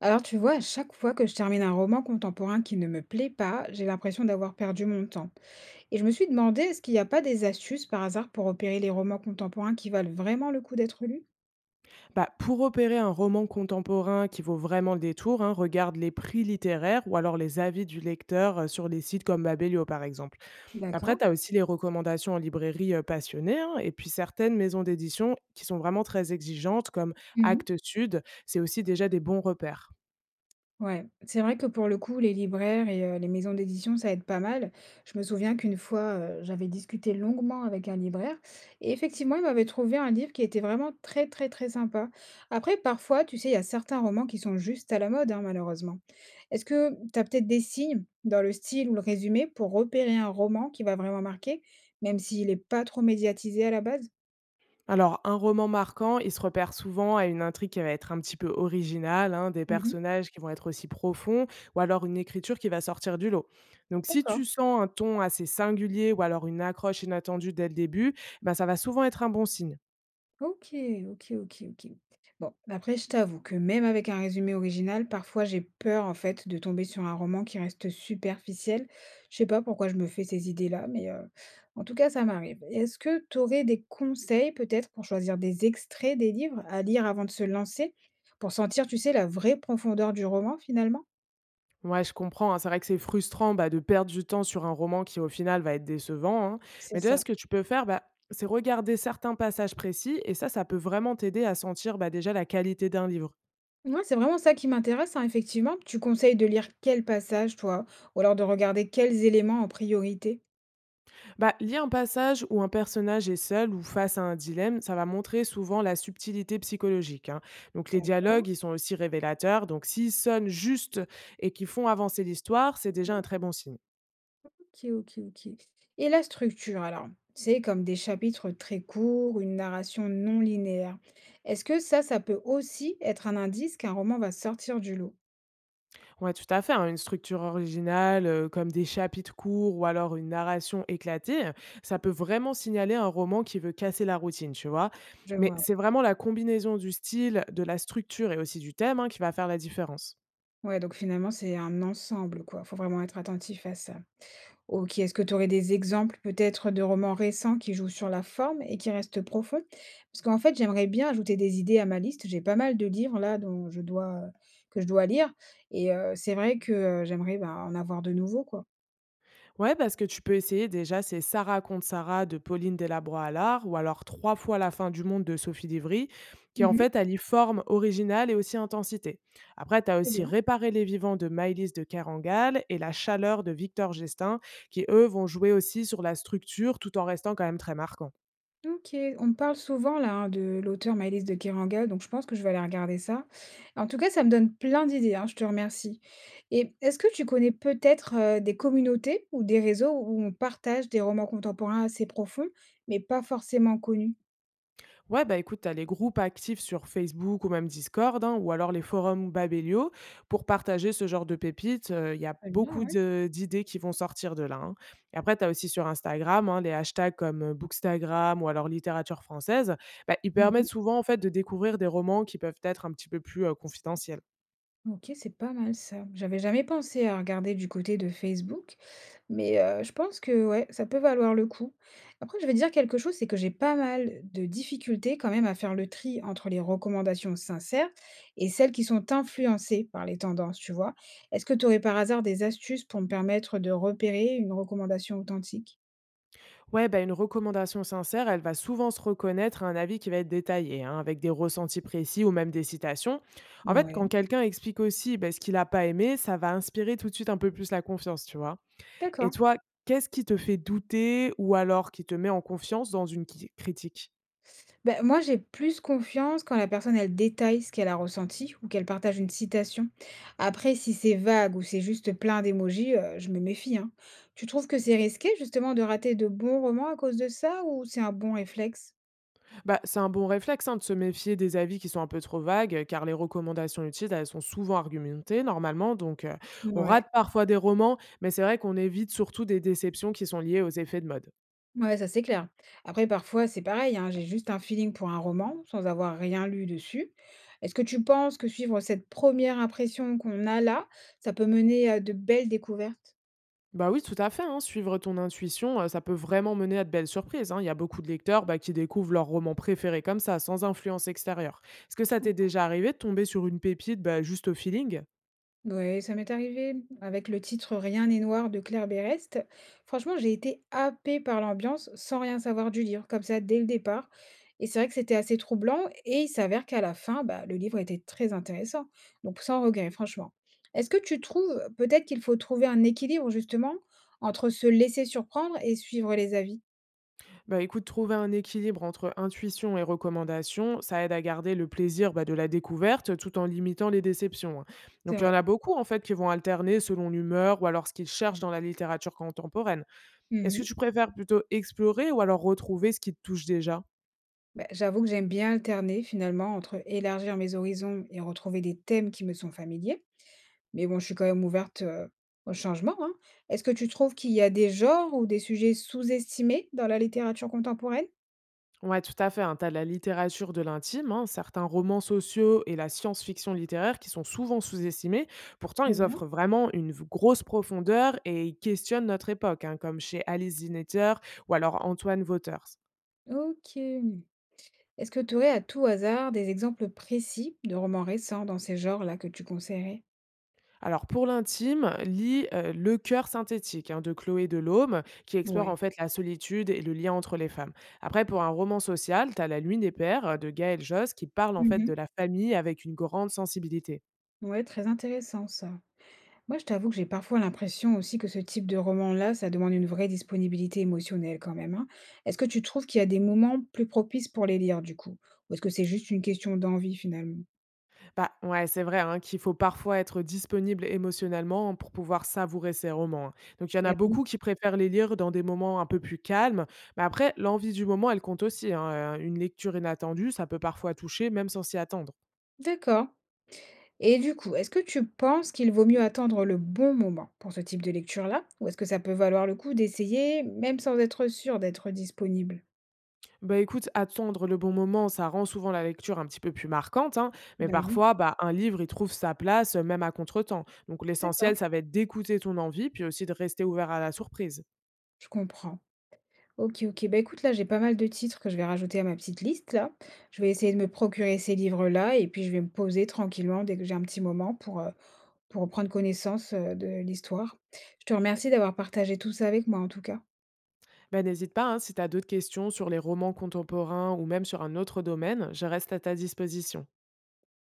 Alors tu vois, à chaque fois que je termine un roman contemporain qui ne me plaît pas, j'ai l'impression d'avoir perdu mon temps. Et je me suis demandé, est-ce qu'il n'y a pas des astuces par hasard pour repérer les romans contemporains qui valent vraiment le coup d'être lus? Bah, pour opérer un roman contemporain qui vaut vraiment le détour, hein, regarde les prix littéraires ou alors les avis du lecteur sur les sites comme Babelio par exemple. Après, D'accord. tu as aussi les recommandations en librairie passionnée hein, et puis certaines maisons d'édition qui sont vraiment très exigeantes comme Actes Sud, c'est aussi déjà des bons repères. Ouais, c'est vrai que pour le coup, les libraires et les maisons d'édition, ça aide pas mal. Je me souviens qu'une fois, j'avais discuté longuement avec un libraire et effectivement, il m'avait trouvé un livre qui était vraiment très, très, très sympa. Après, parfois, tu sais, il y a certains romans qui sont juste à la mode, hein, malheureusement. Est-ce que tu as peut-être des signes dans le style ou le résumé pour repérer un roman qui va vraiment marquer, même s'il n'est pas trop médiatisé à la base? Alors, un roman marquant, il se repère souvent à une intrigue qui va être un petit peu originale, hein, des Mmh. personnages qui vont être aussi profonds, ou alors une écriture qui va sortir du lot. Donc, si D'accord. tu sens un ton assez singulier ou alors une accroche inattendue dès le début, ben, ça va souvent être un bon signe. OK, OK, OK, OK. Bon, après, je t'avoue que même avec un résumé original, parfois j'ai peur en fait de tomber sur un roman qui reste superficiel. Je sais pas pourquoi je me fais ces idées-là, mais en tout cas, ça m'arrive. Est-ce que tu aurais des conseils peut-être pour choisir des extraits des livres à lire avant de se lancer, pour sentir, tu sais, la vraie profondeur du roman finalement? Ouais, je comprends, hein, c'est vrai que c'est frustrant bah, de perdre du temps sur un roman qui, au final, va être décevant, hein. C'est Mais déjà, ça. ce que tu peux faire, bah, c'est regarder certains passages précis, et ça peut vraiment t'aider à sentir bah, déjà la qualité d'un livre. Ouais, c'est vraiment ça qui m'intéresse, hein, effectivement. Tu conseilles de lire quel passage, toi, ou alors de regarder quels éléments en priorité? Bah, lire un passage où un personnage est seul ou face à un dilemme, ça va montrer souvent la subtilité psychologique, hein. Donc les D'accord. dialogues, ils sont aussi révélateurs. Donc s'ils sonnent juste et qu'ils font avancer l'histoire, c'est déjà un très bon signe. OK, OK, OK. Et la structure alors? C'est comme des chapitres très courts, une narration non linéaire. Est-ce que ça peut aussi être un indice qu'un roman va sortir du lot? Ouais, tout à fait, hein, une structure originale, comme des chapitres courts ou alors une narration éclatée, ça peut vraiment signaler un roman qui veut casser la routine, tu vois? Je Mais vois. c'est vraiment la combinaison du style, de la structure et aussi du thème, hein, qui va faire la différence. Ouais, donc finalement, c'est un ensemble, quoi. Faut vraiment être attentif à ça. OK, est-ce que tu aurais des exemples peut-être de romans récents qui jouent sur la forme et qui restent profonds? Parce qu'en fait, j'aimerais bien ajouter des idées à ma liste. J'ai pas mal de livres là dont je dois, que je dois lire et c'est vrai que, j'aimerais, bah, en avoir de nouveaux, quoi. Ouais, parce que tu peux essayer déjà, c'est Sarah contre Sarah de Pauline Delabroix-Allard ou alors Trois fois la fin du monde de Sophie Divry, qui en Mmh. fait allie forme originale et aussi intensité. Après, tu as Très aussi bien. Réparer les vivants de Maëlys de Kerangal et La chaleur de Victor Gestin, qui eux vont jouer aussi sur la structure tout en restant quand même très marquants. OK. On me parle souvent là, hein, de l'auteur Maëlys de Kerangal, donc je pense que je vais aller regarder ça. En tout cas, ça me donne plein d'idées, hein, je te remercie. Et est-ce que tu connais peut-être des communautés ou des réseaux où on partage des romans contemporains assez profonds, mais pas forcément connus? Ouais, bah écoute, tu as les groupes actifs sur Facebook ou même Discord, hein, ou alors les forums Babelio, pour partager ce genre de pépites. Il y a Très bien, ouais. D'idées qui vont sortir de là, hein. Et après, tu as aussi sur Instagram hein, les hashtags comme Bookstagram ou alors littérature française. Bah, ils Mhm. permettent souvent en fait de découvrir des romans qui peuvent être un petit peu plus confidentiels. OK, c'est pas mal ça. J'avais jamais pensé à regarder du côté de Facebook, mais je pense que ouais, ça peut valoir le coup. Après, je vais dire quelque chose, c'est que j'ai pas mal de difficultés quand même à faire le tri entre les recommandations sincères et celles qui sont influencées par les tendances, tu vois? Est-ce que tu aurais par hasard des astuces pour me permettre de repérer une recommandation authentique? Ouais, bah, une recommandation sincère, elle va souvent se reconnaître à un avis qui va être détaillé, hein, avec des ressentis précis ou même des citations. En fait, Ouais, quand quelqu'un explique aussi bah, ce qu'il n'a pas aimé, ça va inspirer tout de suite un peu plus la confiance, tu vois. Et d'accord. toi, qu'est-ce qui te fait douter ou alors qui te met en confiance dans une critique? Ben moi, j'ai plus confiance quand la personne, elle détaille ce qu'elle a ressenti ou qu'elle partage une citation. Après, si c'est vague ou c'est juste plein d'émojis, je me méfie, hein. Tu trouves que c'est risqué, justement, de rater de bons romans à cause de ça ou c'est un bon réflexe? Bah, c'est un bon réflexe hein, de se méfier des avis qui sont un peu trop vagues, car les recommandations utiles, elles sont souvent argumentées normalement, donc on Ouais. rate parfois des romans, mais c'est vrai qu'on évite surtout des déceptions qui sont liées aux effets de mode. Ouais, ça, c'est clair. Après, parfois, c'est pareil, hein, j'ai juste un feeling pour un roman sans avoir rien lu dessus. Est-ce que tu penses que suivre cette première impression qu'on a là, ça peut mener à de belles découvertes? Bah oui, tout à fait, hein, suivre ton intuition, ça peut vraiment mener à de belles surprises, hein. Il y a beaucoup de lecteurs, bah, qui découvrent leur roman préféré comme ça, sans influence extérieure. Est-ce que ça t'est déjà arrivé de tomber sur une pépite, bah, juste au feeling? Ouais, ça m'est arrivé avec le titre Rien n'est noir de Claire Berest. Franchement, j'ai été happée par l'ambiance sans rien savoir du livre, comme ça dès le départ. Et c'est vrai que c'était assez troublant et il s'avère qu'à la fin, bah, le livre était très intéressant. Donc sans regret, franchement. Est-ce que tu trouves peut-être qu'il faut trouver un équilibre justement entre se laisser surprendre et suivre les avis? Bah, écoute, trouver un équilibre entre intuition et recommandation, ça aide à garder le plaisir, bah, de la découverte, tout en limitant les déceptions, hein. C'est Donc il y vrai. en a beaucoup, en fait, qui vont alterner selon l'humeur ou alors ce qu'ils cherchent dans la littérature contemporaine. Est-ce Mhm. que tu préfères plutôt explorer ou alors retrouver ce qui te touche déjà? Bah, j'avoue que j'aime bien alterner finalement entre élargir mes horizons et retrouver des thèmes qui me sont familiers. Mais bon, je suis quand même ouverte, au changement, hein. Est-ce que tu trouves qu'il y a des genres ou des sujets sous-estimés dans la littérature contemporaine? Ouais, tout à fait, hein. Tu as la littérature de l'intime, hein, certains romans sociaux et la science-fiction littéraire qui sont souvent sous-estimés. Pourtant, Très ils bien. offrent vraiment une grosse profondeur et ils questionnent notre époque, hein, comme chez Alice Zinnetter ou alors Antoine Waters. OK. Est-ce que tu aurais à tout hasard des exemples précis de romans récents dans ces genres-là que tu conseillerais? Alors pour l'intime, lis Le cœur synthétique hein, de Chloé Delhomme, qui explore Ouais. en fait la solitude et le lien entre les femmes. Après, pour un roman social, tu as La Lune des Pères de Gaël Josse, qui parle en fait Mmh. de la famille avec une grande sensibilité. Ouais, très intéressant ça. Moi, je t'avoue que j'ai parfois l'impression aussi que ce type de roman-là, ça demande une vraie disponibilité émotionnelle quand même, hein. Est-ce que tu trouves qu'il y a des moments plus propices pour les lire du coup? Ou est-ce que c'est juste une question d'envie finalement? Bah ouais, c'est vrai hein, qu'il faut parfois être disponible émotionnellement hein, pour pouvoir savourer ces romans, hein. Donc il y en a Et oui. beaucoup qui préfèrent les lire dans des moments un peu plus calmes. Mais après, l'envie du moment, elle compte aussi, hein. Une lecture inattendue, ça peut parfois toucher, même sans s'y attendre. D'accord. Et du coup, est-ce que tu penses qu'il vaut mieux attendre le bon moment pour ce type de lecture-là? Ou est-ce que ça peut valoir le coup d'essayer, même sans être sûr d'être disponible? Bah, écoute, attendre le bon moment, ça rend souvent la lecture un petit peu plus marquante, hein, mais Bah oui, parfois, bah, un livre, il trouve sa place, même à contretemps. Donc d'accord, l'essentiel, ça va être d'écouter ton envie, puis aussi de rester ouvert à la surprise. je comprends. Ok, ok. Bah écoute, là, j'ai pas mal de titres que je vais rajouter à ma petite liste, là. Je vais essayer de me procurer ces livres-là et puis je vais me poser tranquillement dès que j'ai un petit moment pour prendre connaissance, de l'histoire. Je te remercie d'avoir partagé tout ça avec moi, en tout cas. Bah, n'hésite pas, hein, si tu as d'autres questions sur les romans contemporains ou même sur un autre domaine, je reste à ta disposition.